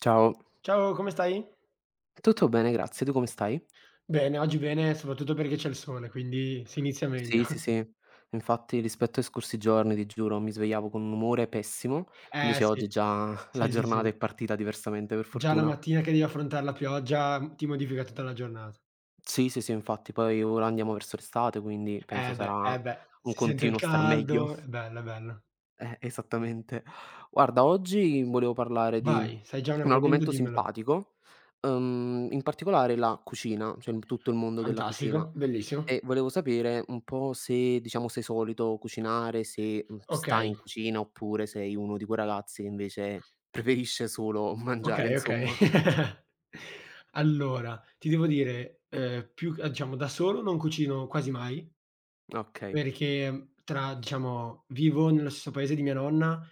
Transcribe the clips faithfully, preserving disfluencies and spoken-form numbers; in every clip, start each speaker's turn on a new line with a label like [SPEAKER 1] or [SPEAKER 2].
[SPEAKER 1] Ciao,
[SPEAKER 2] Ciao, come stai?
[SPEAKER 1] tutto bene grazie, tu come stai?
[SPEAKER 2] Bene, oggi bene, soprattutto perché c'è il sole, quindi si inizia meglio.
[SPEAKER 1] Sì, sì, sì. Infatti rispetto ai scorsi giorni, ti giuro, mi svegliavo con un umore pessimo,
[SPEAKER 2] Eh
[SPEAKER 1] invece oggi
[SPEAKER 2] sì,
[SPEAKER 1] già la
[SPEAKER 2] sì, sì,
[SPEAKER 1] giornata è
[SPEAKER 2] sì.
[SPEAKER 1] partita diversamente per
[SPEAKER 2] Già la
[SPEAKER 1] fortuna.
[SPEAKER 2] mattina che devi affrontar la pioggia, mhmm, ti modifica tutta la giornata.
[SPEAKER 1] Sì, sì, sì, infatti poi ora andiamo verso l'estate, quindi
[SPEAKER 2] Eh
[SPEAKER 1] penso
[SPEAKER 2] beh,
[SPEAKER 1] sarà
[SPEAKER 2] eh beh,
[SPEAKER 1] un
[SPEAKER 2] si sente il
[SPEAKER 1] continuo star meglio.
[SPEAKER 2] caldo, è bello, è bello.
[SPEAKER 1] Eh, esattamente. Guarda, oggi volevo parlare di
[SPEAKER 2] Vai, se hai già un
[SPEAKER 1] un
[SPEAKER 2] argomento
[SPEAKER 1] argomento
[SPEAKER 2] dimmelo.
[SPEAKER 1] simpatico, uhm, in particolare la cucina, cioè il tutto il mondo della cucina.
[SPEAKER 2] Fantastico, bellissimo.
[SPEAKER 1] E volevo sapere un po' se, diciamo, sei solito cucinare, se, mhmm, stai
[SPEAKER 2] Okay,
[SPEAKER 1] in cucina oppure sei uno di quei ragazzi che invece preferisce solo mangiare,
[SPEAKER 2] okay, okay.
[SPEAKER 1] insomma.
[SPEAKER 2] Allora, ti devo dire, ehm, più ehm, diciamo da solo non cucino quasi mai,
[SPEAKER 1] Okay.
[SPEAKER 2] perché tra diciamo, vivo nello stesso paese di mia nonna,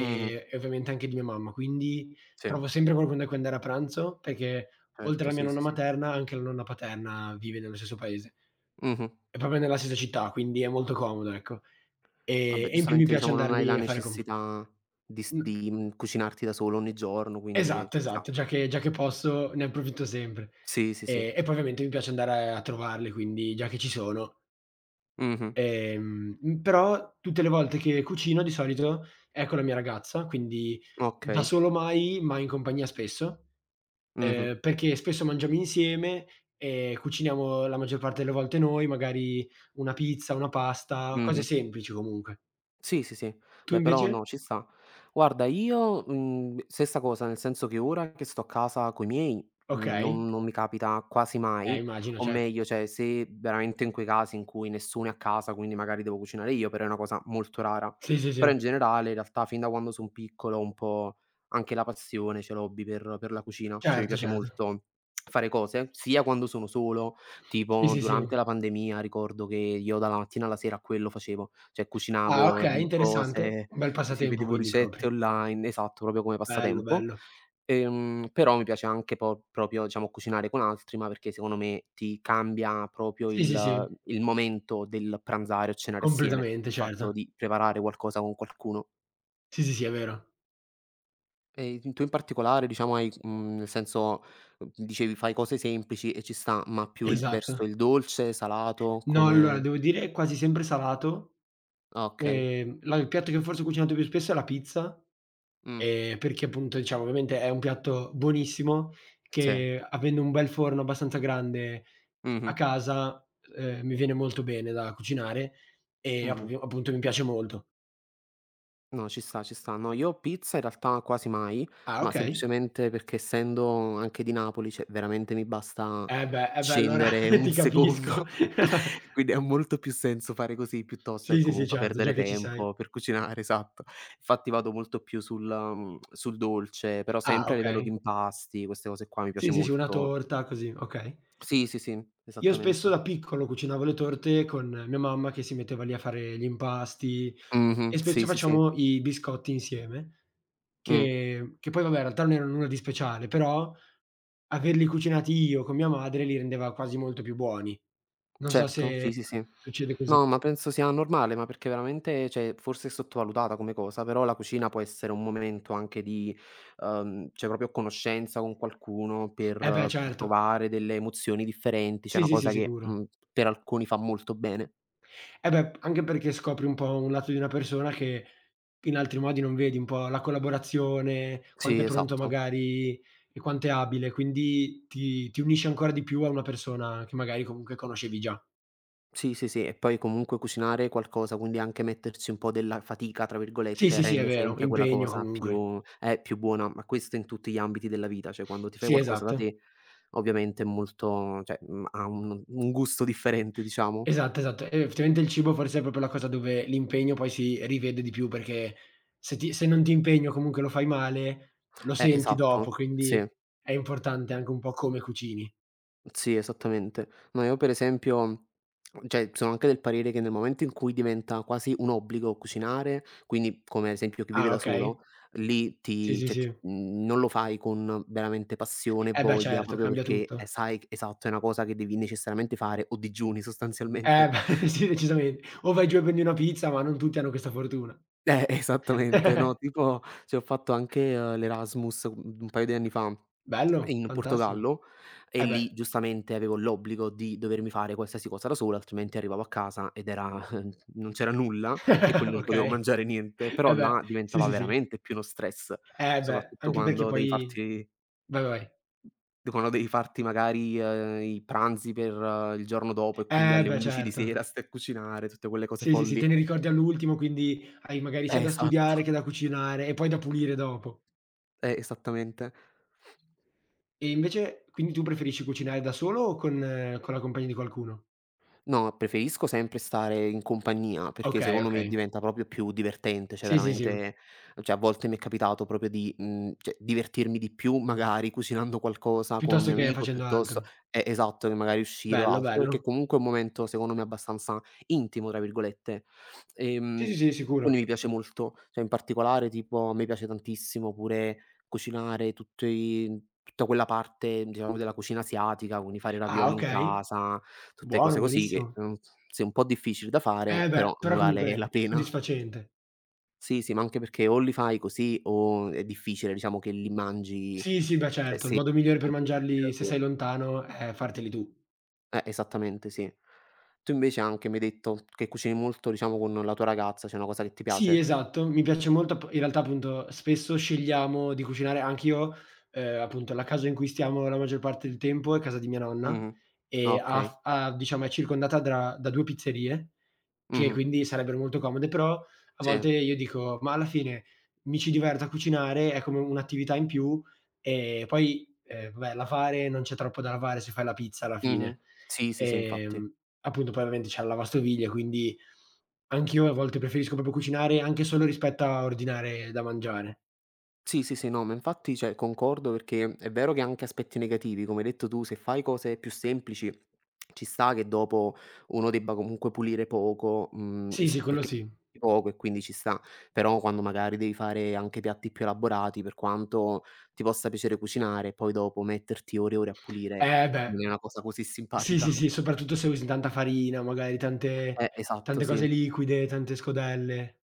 [SPEAKER 1] Mh-mh.
[SPEAKER 2] e ovviamente anche di mia mamma, quindi
[SPEAKER 1] Sì,
[SPEAKER 2] trovo sempre qualcuno da cui andare a pranzo, perché oltre
[SPEAKER 1] certo,
[SPEAKER 2] alla mia
[SPEAKER 1] sì,
[SPEAKER 2] nonna
[SPEAKER 1] sì, sì.
[SPEAKER 2] materna, anche la nonna paterna vive nello stesso paese.
[SPEAKER 1] Mh-mh.
[SPEAKER 2] È proprio nella stessa città, quindi è molto comodo, ecco. E
[SPEAKER 1] Vabbè,
[SPEAKER 2] e in più mi
[SPEAKER 1] giustamente,
[SPEAKER 2] piace
[SPEAKER 1] diciamo, non hai
[SPEAKER 2] andargli
[SPEAKER 1] la
[SPEAKER 2] a fare comp
[SPEAKER 1] necessità di s
[SPEAKER 2] mh,
[SPEAKER 1] di, mhmm, cucinarti da solo ogni giorno, quindi, ehm, ci
[SPEAKER 2] esatto, esatto,
[SPEAKER 1] sta.
[SPEAKER 2] già che già che posso ne approfitto sempre.
[SPEAKER 1] Sì, sì, sì.
[SPEAKER 2] E e poi ovviamente mi piace andare a trovarli, quindi già che ci sono,
[SPEAKER 1] Mh-mh.
[SPEAKER 2] Ehm, mhmm, però tutte le volte che cucino di solito è con la mia ragazza, quindi da
[SPEAKER 1] Okay.
[SPEAKER 2] solo mai, ma in compagnia spesso,
[SPEAKER 1] Mh-mh.
[SPEAKER 2] ehm, perché spesso mangiamo insieme e cuciniamo la maggior parte delle volte noi, magari una pizza, una pasta, cose
[SPEAKER 1] Mh-mh.
[SPEAKER 2] semplici comunque.
[SPEAKER 1] Sì, sì, sì.
[SPEAKER 2] Tu
[SPEAKER 1] Beh, però
[SPEAKER 2] invece?
[SPEAKER 1] no, ci sta. Guarda io, mhmm, stessa cosa, nel senso che ora che sto a casa coi miei, mhmm,
[SPEAKER 2] Okay.
[SPEAKER 1] non non mi capita quasi
[SPEAKER 2] Eh,
[SPEAKER 1] mai,
[SPEAKER 2] immagino,
[SPEAKER 1] o
[SPEAKER 2] certo.
[SPEAKER 1] meglio, cioè se veramente in quei casi in cui nessuno è a casa, quindi magari devo cucinare io, però è una cosa molto rara.
[SPEAKER 2] Sì, sì, sì.
[SPEAKER 1] Però in generale, in realtà, fin da quando son piccolo un po' anche la passione ce l'ho hobby per per la cucina, cioè mi
[SPEAKER 2] Certo,
[SPEAKER 1] piace
[SPEAKER 2] certo.
[SPEAKER 1] molto fare cose, sia quando sono solo,
[SPEAKER 2] Sì,
[SPEAKER 1] tipo
[SPEAKER 2] sì, sì.
[SPEAKER 1] durante la pandemia ricordo che io dalla mattina alla sera quello facevo. Cioè
[SPEAKER 2] Ah,
[SPEAKER 1] cucinavo,
[SPEAKER 2] okay,
[SPEAKER 1] mhmm,
[SPEAKER 2] interessante.
[SPEAKER 1] cose,
[SPEAKER 2] Un bel
[SPEAKER 1] sì
[SPEAKER 2] passatempo
[SPEAKER 1] vedevo
[SPEAKER 2] quindi
[SPEAKER 1] ricette
[SPEAKER 2] proprio.
[SPEAKER 1] online, esatto, proprio come
[SPEAKER 2] Bello,
[SPEAKER 1] passatempo.
[SPEAKER 2] bello.
[SPEAKER 1] Ehm, però mi piace anche po proprio diciamo cucinare con altri, ma perché secondo me ti cambia proprio
[SPEAKER 2] Sì, sì, sì,
[SPEAKER 1] il il momento del pranzare o cenare assieme,
[SPEAKER 2] completamente,
[SPEAKER 1] il
[SPEAKER 2] certo.
[SPEAKER 1] fatto di preparare qualcosa con qualcuno.
[SPEAKER 2] Sì, sì, sì, è vero.
[SPEAKER 1] E tu in particolare diciamo hai mhmm, nel senso, uhm, dicevi fai cose semplici e ci sta, ma più l
[SPEAKER 2] Esatto.
[SPEAKER 1] verso il dolce, salato,
[SPEAKER 2] No, allora
[SPEAKER 1] come.
[SPEAKER 2] devo dire quasi sempre salato.
[SPEAKER 1] Ah, okay.
[SPEAKER 2] Ehm, la il piatto che forse ho cucinato più spesso è la pizza,
[SPEAKER 1] Mh,
[SPEAKER 2] ehm, perché appunto diciamo ovviamente è un piatto buonissimo
[SPEAKER 1] sì.
[SPEAKER 2] che avendo un bel forno abbastanza grande a
[SPEAKER 1] Mh-mh,
[SPEAKER 2] casa, ehm, mi viene molto bene da cucinare e app
[SPEAKER 1] mh-mh.
[SPEAKER 2] appunto mi piace molto.
[SPEAKER 1] No, ci sta, ci sta. No, io pizza in realtà quasi mai,
[SPEAKER 2] Ah,
[SPEAKER 1] ma
[SPEAKER 2] okay.
[SPEAKER 1] semplicemente perché essendo anche di Napoli, cioè veramente mi basta
[SPEAKER 2] Eh beh, eh beh allora
[SPEAKER 1] scendere un
[SPEAKER 2] ti capisco.
[SPEAKER 1] secondo, quindi ha molto più senso fare così piuttosto che
[SPEAKER 2] Sì, sì, sì
[SPEAKER 1] comunque
[SPEAKER 2] certo, già
[SPEAKER 1] perdere
[SPEAKER 2] che ci sei.
[SPEAKER 1] tempo per cucinare, esatto. Infatti vado molto più sul mhmm, sul dolce, però
[SPEAKER 2] Ah,
[SPEAKER 1] sempre a livello di
[SPEAKER 2] okay.
[SPEAKER 1] impasti, queste cose qua mi piace
[SPEAKER 2] Sì, sì, sì, una
[SPEAKER 1] molto.
[SPEAKER 2] torta così, okay.
[SPEAKER 1] Sì, sì, sì,
[SPEAKER 2] Io spesso
[SPEAKER 1] esattamente.
[SPEAKER 2] da piccolo cucinavo le torte con mia mamma che si metteva lì a fare gli impasti e
[SPEAKER 1] Mh-mh,
[SPEAKER 2] spesso
[SPEAKER 1] sì, sì, sì.
[SPEAKER 2] facciamo i biscotti insieme,
[SPEAKER 1] Mh.
[SPEAKER 2] che che poi vabbè in realtà non erano nulla di speciale, però averli cucinati io con mia madre li rendeva quasi molto più buoni. Non so
[SPEAKER 1] Certo,
[SPEAKER 2] se
[SPEAKER 1] sì, sì, sì.
[SPEAKER 2] succede così.
[SPEAKER 1] No, ma penso sia normale, ma perché veramente cioè, forse è sottovalutata come cosa, però la cucina può essere un momento anche di uhm, cioè proprio conoscenza con qualcuno per
[SPEAKER 2] Eh beh
[SPEAKER 1] ehm,
[SPEAKER 2] certo.
[SPEAKER 1] provare delle emozioni differenti, cioè è
[SPEAKER 2] Sì,
[SPEAKER 1] una
[SPEAKER 2] sì, sì,
[SPEAKER 1] cosa che,
[SPEAKER 2] sicuro.
[SPEAKER 1] mhmm, per alcuni fa molto bene.
[SPEAKER 2] Eh beh, anche perché scopri un po' un lato di una persona che in altri modi non vedi, un po' la collaborazione, quanto
[SPEAKER 1] Sì,
[SPEAKER 2] è pronto
[SPEAKER 1] esatto.
[SPEAKER 2] magari e quanto è abile, quindi ti ti unisce ancora di più a una persona che magari comunque conoscevi già.
[SPEAKER 1] Sì, sì, sì, e poi comunque cucinare qualcosa, quindi anche mettersi un po' della "fatica" tra
[SPEAKER 2] Sì,
[SPEAKER 1] virgolette,
[SPEAKER 2] sì, sì, è
[SPEAKER 1] rende
[SPEAKER 2] vero,
[SPEAKER 1] sempre quella
[SPEAKER 2] impegno
[SPEAKER 1] cosa
[SPEAKER 2] comunque.
[SPEAKER 1] più eh, più buona, ma questo in tutti gli ambiti della vita, cioè quando ti fai
[SPEAKER 2] Sì,
[SPEAKER 1] qualcosa da
[SPEAKER 2] esatto.
[SPEAKER 1] te ovviamente è molto cioè, mhmm, ha un un gusto differente diciamo.
[SPEAKER 2] Esatto, esatto. E effettivamente il cibo forse è proprio la cosa dove l'impegno poi si rivede di più, perché se ti se non ti impegni o comunque lo fai male, lo
[SPEAKER 1] Eh,
[SPEAKER 2] senti dopo,
[SPEAKER 1] esatto,
[SPEAKER 2] quindi
[SPEAKER 1] sì.
[SPEAKER 2] è importante anche un po' come cucini.
[SPEAKER 1] Sì, esattamente. No, io per esempio cioè sono anche del parere che nel momento in cui diventa quasi un obbligo cucinare, quindi come ad esempio chi vive
[SPEAKER 2] Ah,
[SPEAKER 1] da
[SPEAKER 2] okay.
[SPEAKER 1] solo, lì
[SPEAKER 2] Sì,
[SPEAKER 1] ti
[SPEAKER 2] sì,
[SPEAKER 1] cioè ti
[SPEAKER 2] sì.
[SPEAKER 1] mhmm, non lo fai con veramente passione e
[SPEAKER 2] Eh beh
[SPEAKER 1] voglia,
[SPEAKER 2] certo,
[SPEAKER 1] proprio
[SPEAKER 2] cambia
[SPEAKER 1] perché, ehm,
[SPEAKER 2] tutto.
[SPEAKER 1] sai esatto, è una cosa che devi necessariamente fare o digiuni
[SPEAKER 2] Eh
[SPEAKER 1] sostanzialmente.
[SPEAKER 2] beh sì, decisamente. O vai giù e prendi una pizza, ma non tutti hanno questa fortuna.
[SPEAKER 1] Eh, esattamente, no, tipo cioè ho fatto anche, uhm, l'Erasmus un un paio di anni fa
[SPEAKER 2] Bello,
[SPEAKER 1] in
[SPEAKER 2] fantastico.
[SPEAKER 1] Portogallo e
[SPEAKER 2] Eh beh,
[SPEAKER 1] lì giustamente avevo l'obbligo di dovermi fare qualsiasi cosa da solo, altrimenti arrivavo a casa ed era non c'era nulla e quindi non potevo
[SPEAKER 2] okay.
[SPEAKER 1] mangiare niente,
[SPEAKER 2] Eh
[SPEAKER 1] però
[SPEAKER 2] beh,
[SPEAKER 1] là
[SPEAKER 2] sì,
[SPEAKER 1] diventava
[SPEAKER 2] sì, sì.
[SPEAKER 1] veramente più uno stress,
[SPEAKER 2] Eh beh,
[SPEAKER 1] soprattutto
[SPEAKER 2] anche perché
[SPEAKER 1] quando devi
[SPEAKER 2] poi
[SPEAKER 1] farti
[SPEAKER 2] vai, vai, vai.
[SPEAKER 1] d quando devi farti magari, uhm, i pranzi per il giorno dopo e quindi
[SPEAKER 2] Eh
[SPEAKER 1] alle
[SPEAKER 2] beh
[SPEAKER 1] undici di
[SPEAKER 2] certo.
[SPEAKER 1] sera stai a cucinare, tutte quelle cose
[SPEAKER 2] Sì, sì, sì,
[SPEAKER 1] folli.
[SPEAKER 2] te ne ricordi all'ultimo, quindi hai magari sia
[SPEAKER 1] Eh,
[SPEAKER 2] da studiare
[SPEAKER 1] esatto,
[SPEAKER 2] che da cucinare e poi da pulire dopo.
[SPEAKER 1] eh, esattamente.
[SPEAKER 2] E invece quindi tu preferisci cucinare da solo o con con la compagnia di qualcuno?
[SPEAKER 1] No, preferisco sempre stare in compagnia, perché
[SPEAKER 2] Okay,
[SPEAKER 1] secondo me
[SPEAKER 2] okay.
[SPEAKER 1] diventa proprio più divertente, cioè
[SPEAKER 2] Sì, sì, sì,
[SPEAKER 1] veramente cioè a volte mi è capitato proprio di, mhmm, cioè divertirmi di più magari cucinando qualcosa con un
[SPEAKER 2] piuttosto
[SPEAKER 1] mio
[SPEAKER 2] che
[SPEAKER 1] amico
[SPEAKER 2] facendo
[SPEAKER 1] piuttosto
[SPEAKER 2] altro.
[SPEAKER 1] eh, esatto, che magari uscire o
[SPEAKER 2] Bello,
[SPEAKER 1] altro, perché
[SPEAKER 2] bello.
[SPEAKER 1] comunque è un momento secondo me abbastanza "intimo" tra virgolette.
[SPEAKER 2] Sì,
[SPEAKER 1] Ehm,
[SPEAKER 2] sì, sì, sicuro.
[SPEAKER 1] quindi mi piace molto, cioè in particolare tipo a me piace tantissimo pure cucinare tutti tutta quella parte diciamo della cucina asiatica, quindi fare i
[SPEAKER 2] Ah,
[SPEAKER 1] ravioli in
[SPEAKER 2] okay.
[SPEAKER 1] casa. Tutte
[SPEAKER 2] Buono,
[SPEAKER 1] cose così che,
[SPEAKER 2] buonissimo.
[SPEAKER 1] mhmm, sì, un po' difficili da fare,
[SPEAKER 2] Eh beh,
[SPEAKER 1] però
[SPEAKER 2] però
[SPEAKER 1] ne vale
[SPEAKER 2] comunque
[SPEAKER 1] la pena.
[SPEAKER 2] soddisfacente.
[SPEAKER 1] Sì, sì, ma anche perché o li fai così o è difficile diciamo che li mangi,
[SPEAKER 2] Sì, sì, beh
[SPEAKER 1] cioè
[SPEAKER 2] certo, il
[SPEAKER 1] se
[SPEAKER 2] modo migliore per
[SPEAKER 1] appunto li fai da
[SPEAKER 2] mangiarli se
[SPEAKER 1] solo.
[SPEAKER 2] sei lontano è farteli tu.
[SPEAKER 1] Eh, esattamente sì. Tu invece anche mi hai detto che cucini molto diciamo con la tua ragazza, c'è una cosa che ti
[SPEAKER 2] Sì,
[SPEAKER 1] piace?
[SPEAKER 2] esatto. Mi piace molto ap in realtà appunto spesso scegliamo di cucinare anch'io, ehm, appunto la casa in cui stiamo la maggior parte del tempo è casa di mia nonna
[SPEAKER 1] Mh-mh. Ah,
[SPEAKER 2] e ha
[SPEAKER 1] okay.
[SPEAKER 2] f ha diciamo è circondata dra da due pizzerie, che
[SPEAKER 1] Mh-mh.
[SPEAKER 2] quindi sarebbero molto comode, però a volte
[SPEAKER 1] Sì.
[SPEAKER 2] io dico: "Ma alla fine mi ci diverto a cucinare, è come un'attività in più e poi, ehm, vabbè lavare non c'è troppo da lavare se fai la pizza alla fine".
[SPEAKER 1] Mh-mh. Sì, sì, sì, infatti.
[SPEAKER 2] Ehm, Appunto poi ovviamente c'è la lavastoviglie, quindi. Anch'io a volte preferisco proprio cucinare anche solo rispetto a ordinare da mangiare.
[SPEAKER 1] Sì, sì, sì, no, ma infatti, cioè, concordo perché è vero che ha anche aspetti negativi, come hai detto tu, se fai cose più semplici ci sta che dopo uno debba comunque pulire poco, mhmm,
[SPEAKER 2] Sì,
[SPEAKER 1] s
[SPEAKER 2] sì, quello
[SPEAKER 1] perché
[SPEAKER 2] sì.
[SPEAKER 1] poco e quindi ci sta, però quando magari devi fare anche piatti più elaborati, per quanto ti possa piacere cucinare, poi dopo metterti ore e ore a pulire,
[SPEAKER 2] Eh beh,
[SPEAKER 1] non è una cosa così
[SPEAKER 2] sì, sì,
[SPEAKER 1] simpatica.
[SPEAKER 2] sì, soprattutto se usi tanta farina, magari tante
[SPEAKER 1] Eh, esatto,
[SPEAKER 2] tante cose
[SPEAKER 1] sì.
[SPEAKER 2] liquide, tante scodelle.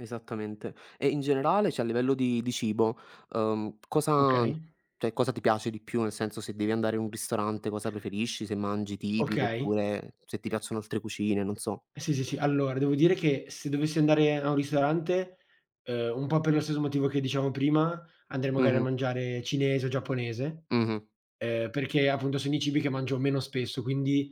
[SPEAKER 1] Esattamente. E in generale, cioè a livello di di cibo, uhm, cosa
[SPEAKER 2] Okay,
[SPEAKER 1] cioè cosa ti piace di più? Nel senso, se devi andare in un ristorante cosa preferisci? Se mangi tipico,
[SPEAKER 2] okay.
[SPEAKER 1] oppure se ti piacciono altre cucine, non so.
[SPEAKER 2] Sì, sì, sì. Allora, devo dire che se dovessi andare a un ristorante, ehm, un po' per lo stesso motivo che diciamo prima, andrei magari a
[SPEAKER 1] Mh-mh,
[SPEAKER 2] mangiare cinese o giapponese.
[SPEAKER 1] mh-mh.
[SPEAKER 2] Ehm, perché appunto sono i cibi che mangio meno spesso, quindi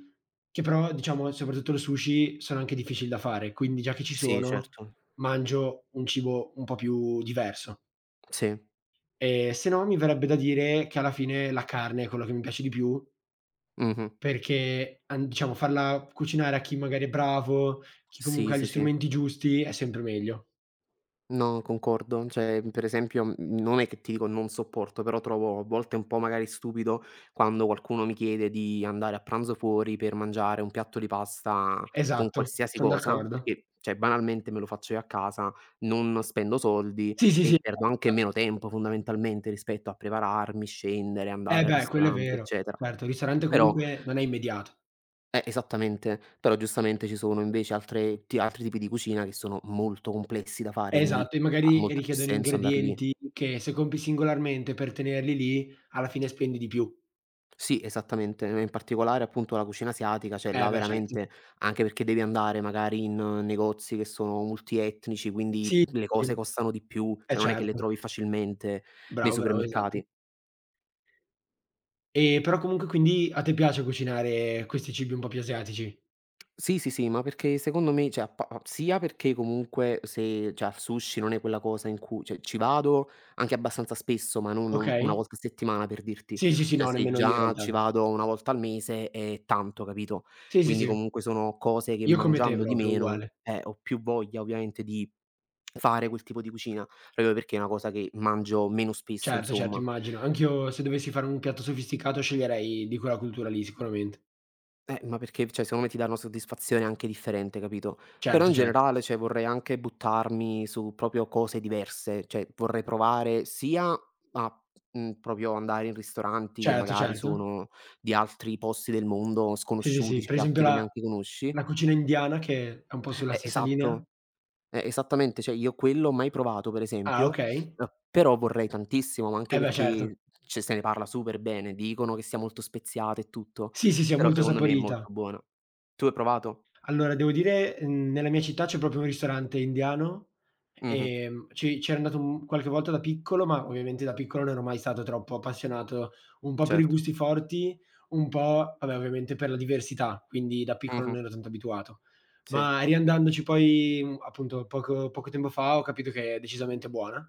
[SPEAKER 2] che però diciamo, soprattutto il sushi, sono anche difficili da fare, quindi già che ci
[SPEAKER 1] Sì,
[SPEAKER 2] sono,
[SPEAKER 1] certo.
[SPEAKER 2] mangio un cibo un po' più diverso.
[SPEAKER 1] Sì.
[SPEAKER 2] Ehm, se no mi verrebbe da dire che alla fine la carne è quello che mi piace di più,
[SPEAKER 1] Mh-mh.
[SPEAKER 2] perché an diciamo farla cucinare a chi magari è bravo, chi comunque
[SPEAKER 1] Sì,
[SPEAKER 2] ha gli
[SPEAKER 1] sì, sì.
[SPEAKER 2] strumenti giusti, è sempre meglio.
[SPEAKER 1] No, concordo. Cioè, per esempio, mhmm, non è che ti dico non sopporto, però trovo a volte un po' magari stupido quando qualcuno mi chiede di andare a pranzo fuori per mangiare un piatto di pasta con
[SPEAKER 2] Esatto,
[SPEAKER 1] qualsiasi
[SPEAKER 2] son
[SPEAKER 1] cosa,
[SPEAKER 2] d'accordo.
[SPEAKER 1] perché, cioè, banalmente me lo faccio io a casa, non spendo soldi
[SPEAKER 2] Sì, sì, sì.
[SPEAKER 1] e perdo anche meno tempo fondamentalmente rispetto a prepararmi, scendere,
[SPEAKER 2] Eh
[SPEAKER 1] andare al
[SPEAKER 2] beh, quello è
[SPEAKER 1] ristorante,
[SPEAKER 2] vero.
[SPEAKER 1] eccetera.
[SPEAKER 2] Certo, il ristorante
[SPEAKER 1] Però
[SPEAKER 2] comunque non è immediato.
[SPEAKER 1] eh, esattamente, però giustamente ci sono invece altre ti altri tipi di cucina che sono molto complessi da fare, quindi
[SPEAKER 2] Esatto, e
[SPEAKER 1] ha
[SPEAKER 2] magari
[SPEAKER 1] molto più
[SPEAKER 2] richiedono
[SPEAKER 1] senso andar lì.
[SPEAKER 2] ingredienti che se compri singolarmente per tenerli lì, alla fine spendi di più.
[SPEAKER 1] Sì, esattamente, in particolare appunto la cucina asiatica, cioè
[SPEAKER 2] Eh
[SPEAKER 1] là
[SPEAKER 2] beh certo.
[SPEAKER 1] veramente anche perché devi andare magari in eh, negozi che sono multietnici, quindi
[SPEAKER 2] Sì,
[SPEAKER 1] le
[SPEAKER 2] sì,
[SPEAKER 1] cose costano di più,
[SPEAKER 2] eh
[SPEAKER 1] cioè non è che le
[SPEAKER 2] certo.
[SPEAKER 1] trovi facilmente nei
[SPEAKER 2] Bravo, bravo, esatto.
[SPEAKER 1] supermercati.
[SPEAKER 2] E però comunque quindi a te piace cucinare questi cibi un po' più asiatici?
[SPEAKER 1] Sì, sì, sì, ma perché secondo me cioè a pa a sia perché comunque se cioè al sushi non è quella cosa in cui cioè ci vado anche abbastanza spesso, ma non non una
[SPEAKER 2] Okay.
[SPEAKER 1] volta a settimana per dirti.
[SPEAKER 2] Sì, sì, sì,
[SPEAKER 1] Cioè
[SPEAKER 2] no,
[SPEAKER 1] se
[SPEAKER 2] nemmeno io in
[SPEAKER 1] già ci
[SPEAKER 2] realtà.
[SPEAKER 1] vado una volta al mese è tanto, capito?
[SPEAKER 2] Sì, sì,
[SPEAKER 1] Quindi
[SPEAKER 2] sì,
[SPEAKER 1] comunque sono cose che
[SPEAKER 2] io come te
[SPEAKER 1] mangiando di
[SPEAKER 2] proprio,
[SPEAKER 1] meno,
[SPEAKER 2] uguale.
[SPEAKER 1] eh, ho più voglia ovviamente di fare quel tipo di cucina, proprio perché è una cosa che mangio meno spesso
[SPEAKER 2] Certo, certo,
[SPEAKER 1] insomma.
[SPEAKER 2] immagino. Anch'io se dovessi fare un piatto sofisticato sceglierei di quella cultura lì sicuramente.
[SPEAKER 1] Eh, ma perché, cioè secondo me ti dà una soddisfazione anche differente, capito, però
[SPEAKER 2] Certo,
[SPEAKER 1] in
[SPEAKER 2] certo.
[SPEAKER 1] generale, cioè vorrei anche buttarmi su proprio cose diverse, cioè vorrei provare sia a, mhmm, proprio andare in ristoranti che
[SPEAKER 2] Certo,
[SPEAKER 1] magari
[SPEAKER 2] certo.
[SPEAKER 1] sono di altri posti del mondo
[SPEAKER 2] Sì, sì,
[SPEAKER 1] sconosciuti,
[SPEAKER 2] sì.
[SPEAKER 1] cioè
[SPEAKER 2] Per esempio
[SPEAKER 1] piatti che
[SPEAKER 2] la
[SPEAKER 1] neanche conosci
[SPEAKER 2] la cucina indiana che è un po' sulla
[SPEAKER 1] eh,
[SPEAKER 2] stessa linea?
[SPEAKER 1] esatto. Eh, esattamente, cioè io quello ho mai provato per
[SPEAKER 2] Ah,
[SPEAKER 1] esempio,
[SPEAKER 2] okay.
[SPEAKER 1] uhm, però vorrei tantissimo, ma anche
[SPEAKER 2] Eh beh, certo.
[SPEAKER 1] perché cioè se ne parla super bene, dicono che sia molto speziata e tutto,
[SPEAKER 2] Sì, sì, sì, è
[SPEAKER 1] però
[SPEAKER 2] molto
[SPEAKER 1] secondo me è
[SPEAKER 2] saporita.
[SPEAKER 1] molto buona. Tu hai provato?
[SPEAKER 2] Allora devo dire, mhmm, nella mia città c'è proprio un ristorante indiano,
[SPEAKER 1] Mh-mh,
[SPEAKER 2] ehm, ci c'era andato, mhmm, qualche volta da piccolo, ma ovviamente da piccolo non ero mai stato troppo appassionato, un po' per i
[SPEAKER 1] certo.
[SPEAKER 2] gusti forti, un po' vabbè ovviamente per la diversità, quindi da piccolo non
[SPEAKER 1] Mh-mh,
[SPEAKER 2] ero tanto abituato.
[SPEAKER 1] sì.
[SPEAKER 2] Ma riandandoci poi, mhmm, appunto poco poco tempo fa ho capito che è decisamente buona.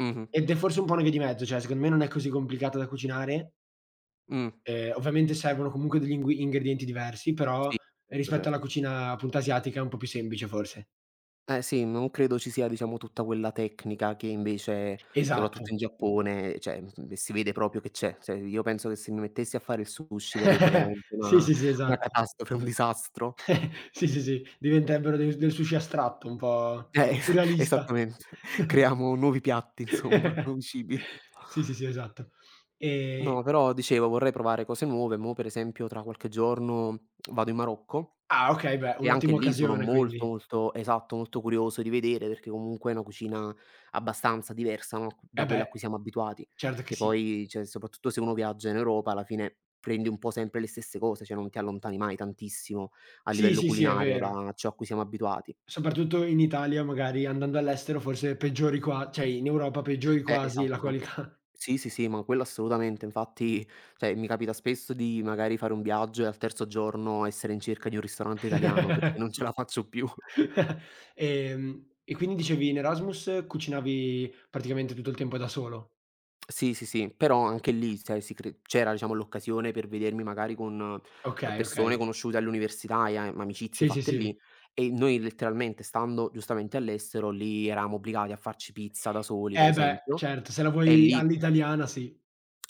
[SPEAKER 1] Mh-mh,
[SPEAKER 2] Ed è forse un po' una via di mezzo, cioè secondo me non è così complicata da cucinare,
[SPEAKER 1] mh.
[SPEAKER 2] ehm, ovviamente servono comunque degli ingui ingredienti diversi, però
[SPEAKER 1] Sì, certo,
[SPEAKER 2] rispetto alla
[SPEAKER 1] certo.
[SPEAKER 2] cucina appunto asiatica è un po' più semplice forse.
[SPEAKER 1] Eh sì, non credo ci sia diciamo tutta quella tecnica che invece,
[SPEAKER 2] Esatto.
[SPEAKER 1] soprattutto in Giappone, cioè, mhmm, si vede proprio che c'è. Cioè io penso che se mi mettessi a fare il sushi verrebbe veramente
[SPEAKER 2] Sì,
[SPEAKER 1] una
[SPEAKER 2] sì, sì,
[SPEAKER 1] una
[SPEAKER 2] esatto.
[SPEAKER 1] catastrofe, un disastro.
[SPEAKER 2] Sì, sì, sì, diventerebbero del del sushi astratto, un po'
[SPEAKER 1] Eh, es
[SPEAKER 2] più realista.
[SPEAKER 1] esattamente. Creiamo nuovi piatti insomma, nuovi cibi.
[SPEAKER 2] Sì, sì, sì, esatto.
[SPEAKER 1] No,
[SPEAKER 2] Ehm,
[SPEAKER 1] però dicevo vorrei provare cose nuove. Mo' per esempio tra qualche giorno vado in Marocco
[SPEAKER 2] ah okay, beh,
[SPEAKER 1] e anche
[SPEAKER 2] un'ottima
[SPEAKER 1] lì sono
[SPEAKER 2] occasione quindi.
[SPEAKER 1] molto, molto esatto, molto curioso di vedere, perché comunque è una cucina abbastanza diversa, no, da
[SPEAKER 2] Eh
[SPEAKER 1] quella a cui
[SPEAKER 2] beh,
[SPEAKER 1] siamo abituati.
[SPEAKER 2] certo che
[SPEAKER 1] Che
[SPEAKER 2] sì.
[SPEAKER 1] poi, cioè, soprattutto se uno viaggia in Europa alla fine prendi un po' sempre le stesse cose, cioè non ti allontani mai tantissimo a
[SPEAKER 2] Sì,
[SPEAKER 1] livello
[SPEAKER 2] sì, sì, è
[SPEAKER 1] culinario
[SPEAKER 2] vero.
[SPEAKER 1] da ciò a cui siamo abituati.
[SPEAKER 2] Soprattutto in Italia magari, andando all'estero forse peggiori qua cioè in Europa peggiori
[SPEAKER 1] Eh,
[SPEAKER 2] quasi la
[SPEAKER 1] esatto.
[SPEAKER 2] qualità.
[SPEAKER 1] Sì, sì, sì, ma quello assolutamente. Infatti, cioè, mi capita spesso di magari fare un viaggio e al terzo giorno essere in cerca di un ristorante italiano perché non ce la faccio più.
[SPEAKER 2] Ehm, e quindi dicevi in Erasmus cucinavi praticamente tutto il tempo da solo?
[SPEAKER 1] Sì, sì, sì, però anche lì, cioè, si cre c'era diciamo l'occasione per vedermi magari con, uhm,
[SPEAKER 2] Okay,
[SPEAKER 1] persone
[SPEAKER 2] okay.
[SPEAKER 1] conosciute all'università e a amicizie
[SPEAKER 2] Sì, sì,
[SPEAKER 1] fatte
[SPEAKER 2] sì.
[SPEAKER 1] lì e noi letteralmente stando giustamente all'estero, lì eravamo obbligati a farci pizza da soli, per
[SPEAKER 2] Eh beh,
[SPEAKER 1] esempio,
[SPEAKER 2] certo, se la
[SPEAKER 1] e
[SPEAKER 2] vuoi
[SPEAKER 1] lì.
[SPEAKER 2] all'italiana sì.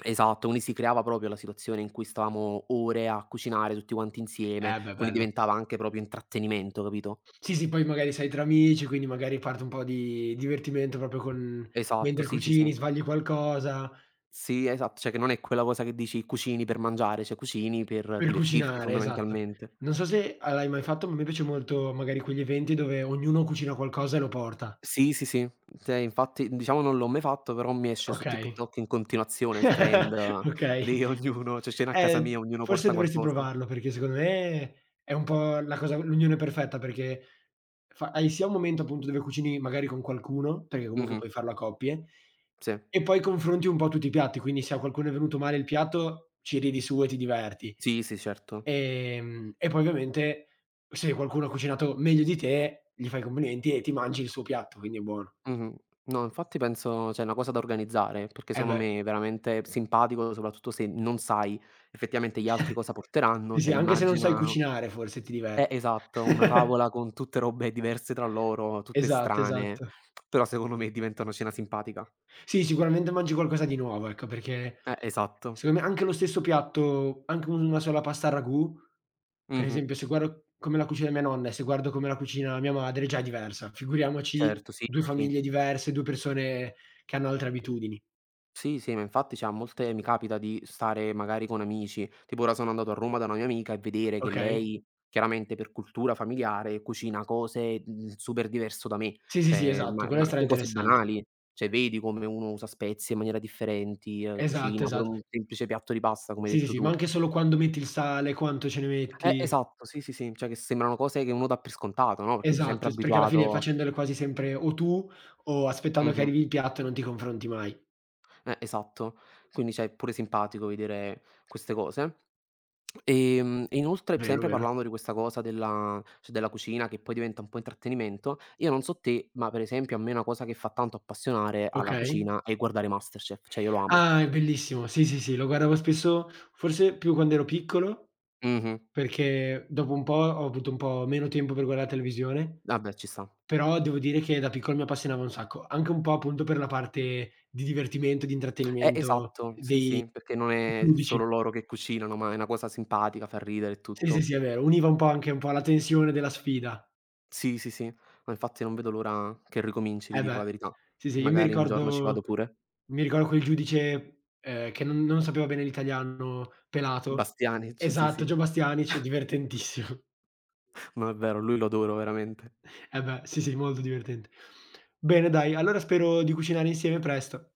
[SPEAKER 1] Esatto, quindi si creava proprio la situazione in cui stavamo ore a cucinare tutti quanti insieme,
[SPEAKER 2] Eh beh,
[SPEAKER 1] quindi
[SPEAKER 2] bello.
[SPEAKER 1] diventava anche proprio intrattenimento, capito?
[SPEAKER 2] Sì, sì, poi magari sei tra amici, quindi magari parte un po' di divertimento proprio con
[SPEAKER 1] Esatto,
[SPEAKER 2] mentre
[SPEAKER 1] sì, sì,
[SPEAKER 2] cucini,
[SPEAKER 1] sì.
[SPEAKER 2] sbagli qualcosa.
[SPEAKER 1] Sì, esatto, cioè che non è quella cosa che dici cucini per mangiare, cioè cucini per
[SPEAKER 2] Per
[SPEAKER 1] divertirti
[SPEAKER 2] cucinare, esatto.
[SPEAKER 1] fondamentalmente.
[SPEAKER 2] Non so se a l'hai mai fatto, ma a me piace molto magari quegli eventi dove ognuno cucina qualcosa e lo porta.
[SPEAKER 1] Sì, sì, sì. Cioè infatti diciamo non l'ho mai fatto, però mi esce su
[SPEAKER 2] Okay.
[SPEAKER 1] TikTok in continuazione il trend
[SPEAKER 2] Okay.
[SPEAKER 1] di ognuno cioè cena a casa
[SPEAKER 2] Eh,
[SPEAKER 1] mia, ognuno
[SPEAKER 2] forse
[SPEAKER 1] porta
[SPEAKER 2] dovresti
[SPEAKER 1] qualcosa.
[SPEAKER 2] provarlo perché secondo me è un po' la cosa l'unione perfetta perché fa hai sia un momento appunto dove cucini magari con qualcuno, perché comunque
[SPEAKER 1] Mh-mh,
[SPEAKER 2] puoi farlo a coppie,
[SPEAKER 1] sì.
[SPEAKER 2] e poi confronti un po' tutti i piatti, quindi se a qualcuno è venuto male il piatto ci ridi su e ti diverti.
[SPEAKER 1] Sì, sì, certo.
[SPEAKER 2] Ehm, e poi ovviamente se qualcuno ha cucinato meglio di te, gli fai i complimenti e ti mangi il suo piatto, quindi è buono.
[SPEAKER 1] Mh-mh. No, infatti penso cioè è una cosa da organizzare, perché
[SPEAKER 2] Eh
[SPEAKER 1] secondo
[SPEAKER 2] beh.
[SPEAKER 1] me è veramente simpatico, soprattutto se non sai effettivamente gli altri cosa
[SPEAKER 2] Sì,
[SPEAKER 1] porteranno,
[SPEAKER 2] sì,
[SPEAKER 1] cioè
[SPEAKER 2] anche se non sai
[SPEAKER 1] immagina
[SPEAKER 2] cucinare forse ti
[SPEAKER 1] eh,
[SPEAKER 2] diverti.
[SPEAKER 1] esatto, una tavola con tutte robe diverse tra loro, tutte
[SPEAKER 2] Esatto,
[SPEAKER 1] strane,
[SPEAKER 2] esatto.
[SPEAKER 1] però secondo me diventa una cena simpatica.
[SPEAKER 2] Sì, sicuramente mangi qualcosa di nuovo, ecco, perché
[SPEAKER 1] Eh, esatto.
[SPEAKER 2] secondo me anche lo stesso piatto, anche una sola pasta al ragù, per
[SPEAKER 1] Mh-mh.
[SPEAKER 2] esempio se guardo come la cucina mia nonna e se guardo come la cucina mia madre, già è diversa. Figuriamoci
[SPEAKER 1] Certo, sì,
[SPEAKER 2] due
[SPEAKER 1] sì.
[SPEAKER 2] famiglie diverse, due persone che hanno altre abitudini.
[SPEAKER 1] Sì, sì, ma infatti, cioè, a molte mi capita di stare magari con amici, tipo ora sono andato a Roma da una mia amica e vedere che
[SPEAKER 2] Okay.
[SPEAKER 1] lei, chiaramente per cultura familiare, cucina cose, mhmm, super diverso da me,
[SPEAKER 2] Sì, sì, sì,
[SPEAKER 1] cioè ma
[SPEAKER 2] esatto, quello è
[SPEAKER 1] ma anche cose
[SPEAKER 2] stra-interessante.
[SPEAKER 1] banali, cioè vedi come uno usa spezie in maniera differenti, ehm,
[SPEAKER 2] Esatto,
[SPEAKER 1] cucina pure
[SPEAKER 2] esatto.
[SPEAKER 1] un semplice piatto di pasta, come hai
[SPEAKER 2] Sì, sì,
[SPEAKER 1] detto
[SPEAKER 2] sì, ma
[SPEAKER 1] tu.
[SPEAKER 2] anche solo quando metti il sale, quanto ce ne
[SPEAKER 1] Eh,
[SPEAKER 2] metti.
[SPEAKER 1] esatto, sì, sì, sì, cioè che sembrano cose che uno dà per scontato, no, perché sei
[SPEAKER 2] Esatto,
[SPEAKER 1] sempre
[SPEAKER 2] s perché alla fine
[SPEAKER 1] abituato
[SPEAKER 2] facendole quasi sempre o tu o aspettando che
[SPEAKER 1] mh-mh,
[SPEAKER 2] arrivi il piatto non ti confronti mai.
[SPEAKER 1] eh, esatto. Quindi, cioè, è pure simpatico vedere queste cose. Ehm, e inoltre,
[SPEAKER 2] Vero,
[SPEAKER 1] sempre
[SPEAKER 2] vero.
[SPEAKER 1] parlando di questa cosa della cioè della cucina che poi diventa un po' intrattenimento, io non so te, ma per esempio a me una cosa che fa tanto appassionare alla
[SPEAKER 2] Okay.
[SPEAKER 1] cucina è guardare MasterChef, cioè io lo amo.
[SPEAKER 2] Ah, è bellissimo. Sì, sì, sì, lo guardavo spesso, forse più quando ero piccolo,
[SPEAKER 1] Mh-mh.
[SPEAKER 2] perché dopo un po' ho avuto un po' meno tempo per guardare la televisione.
[SPEAKER 1] Vabbè, ci sta.
[SPEAKER 2] Però devo dire che da piccolo mi appassionava un sacco, anche un po' appunto per la parte di divertimento, di
[SPEAKER 1] Eh,
[SPEAKER 2] intrattenimento
[SPEAKER 1] esatto, sì,
[SPEAKER 2] dei
[SPEAKER 1] sì, perché non è
[SPEAKER 2] giudici.
[SPEAKER 1] solo loro che cucinano, ma è una cosa simpatica, fa ridere e
[SPEAKER 2] Sì, sì,
[SPEAKER 1] tutto.
[SPEAKER 2] sì, è vero, univa un po' anche un po' la tensione della sfida.
[SPEAKER 1] Sì, sì, sì, ma infatti non vedo l'ora che ricominci, ti
[SPEAKER 2] Eh
[SPEAKER 1] dico
[SPEAKER 2] beh,
[SPEAKER 1] la verità.
[SPEAKER 2] sì, sì, io mi
[SPEAKER 1] Magari un giorno ci
[SPEAKER 2] ricordo
[SPEAKER 1] vado pure.
[SPEAKER 2] mi ricordo quel giudice, ehm, che non non sapeva bene l'italiano, pelato.
[SPEAKER 1] Bastianic, sì,
[SPEAKER 2] Esatto,
[SPEAKER 1] sì.
[SPEAKER 2] Gio Bastianic, divertentissimo.
[SPEAKER 1] No, è vero, lui lo adoro veramente.
[SPEAKER 2] Eh beh, sì, sì, molto divertente. Bene dai, allora spero di cucinare insieme presto.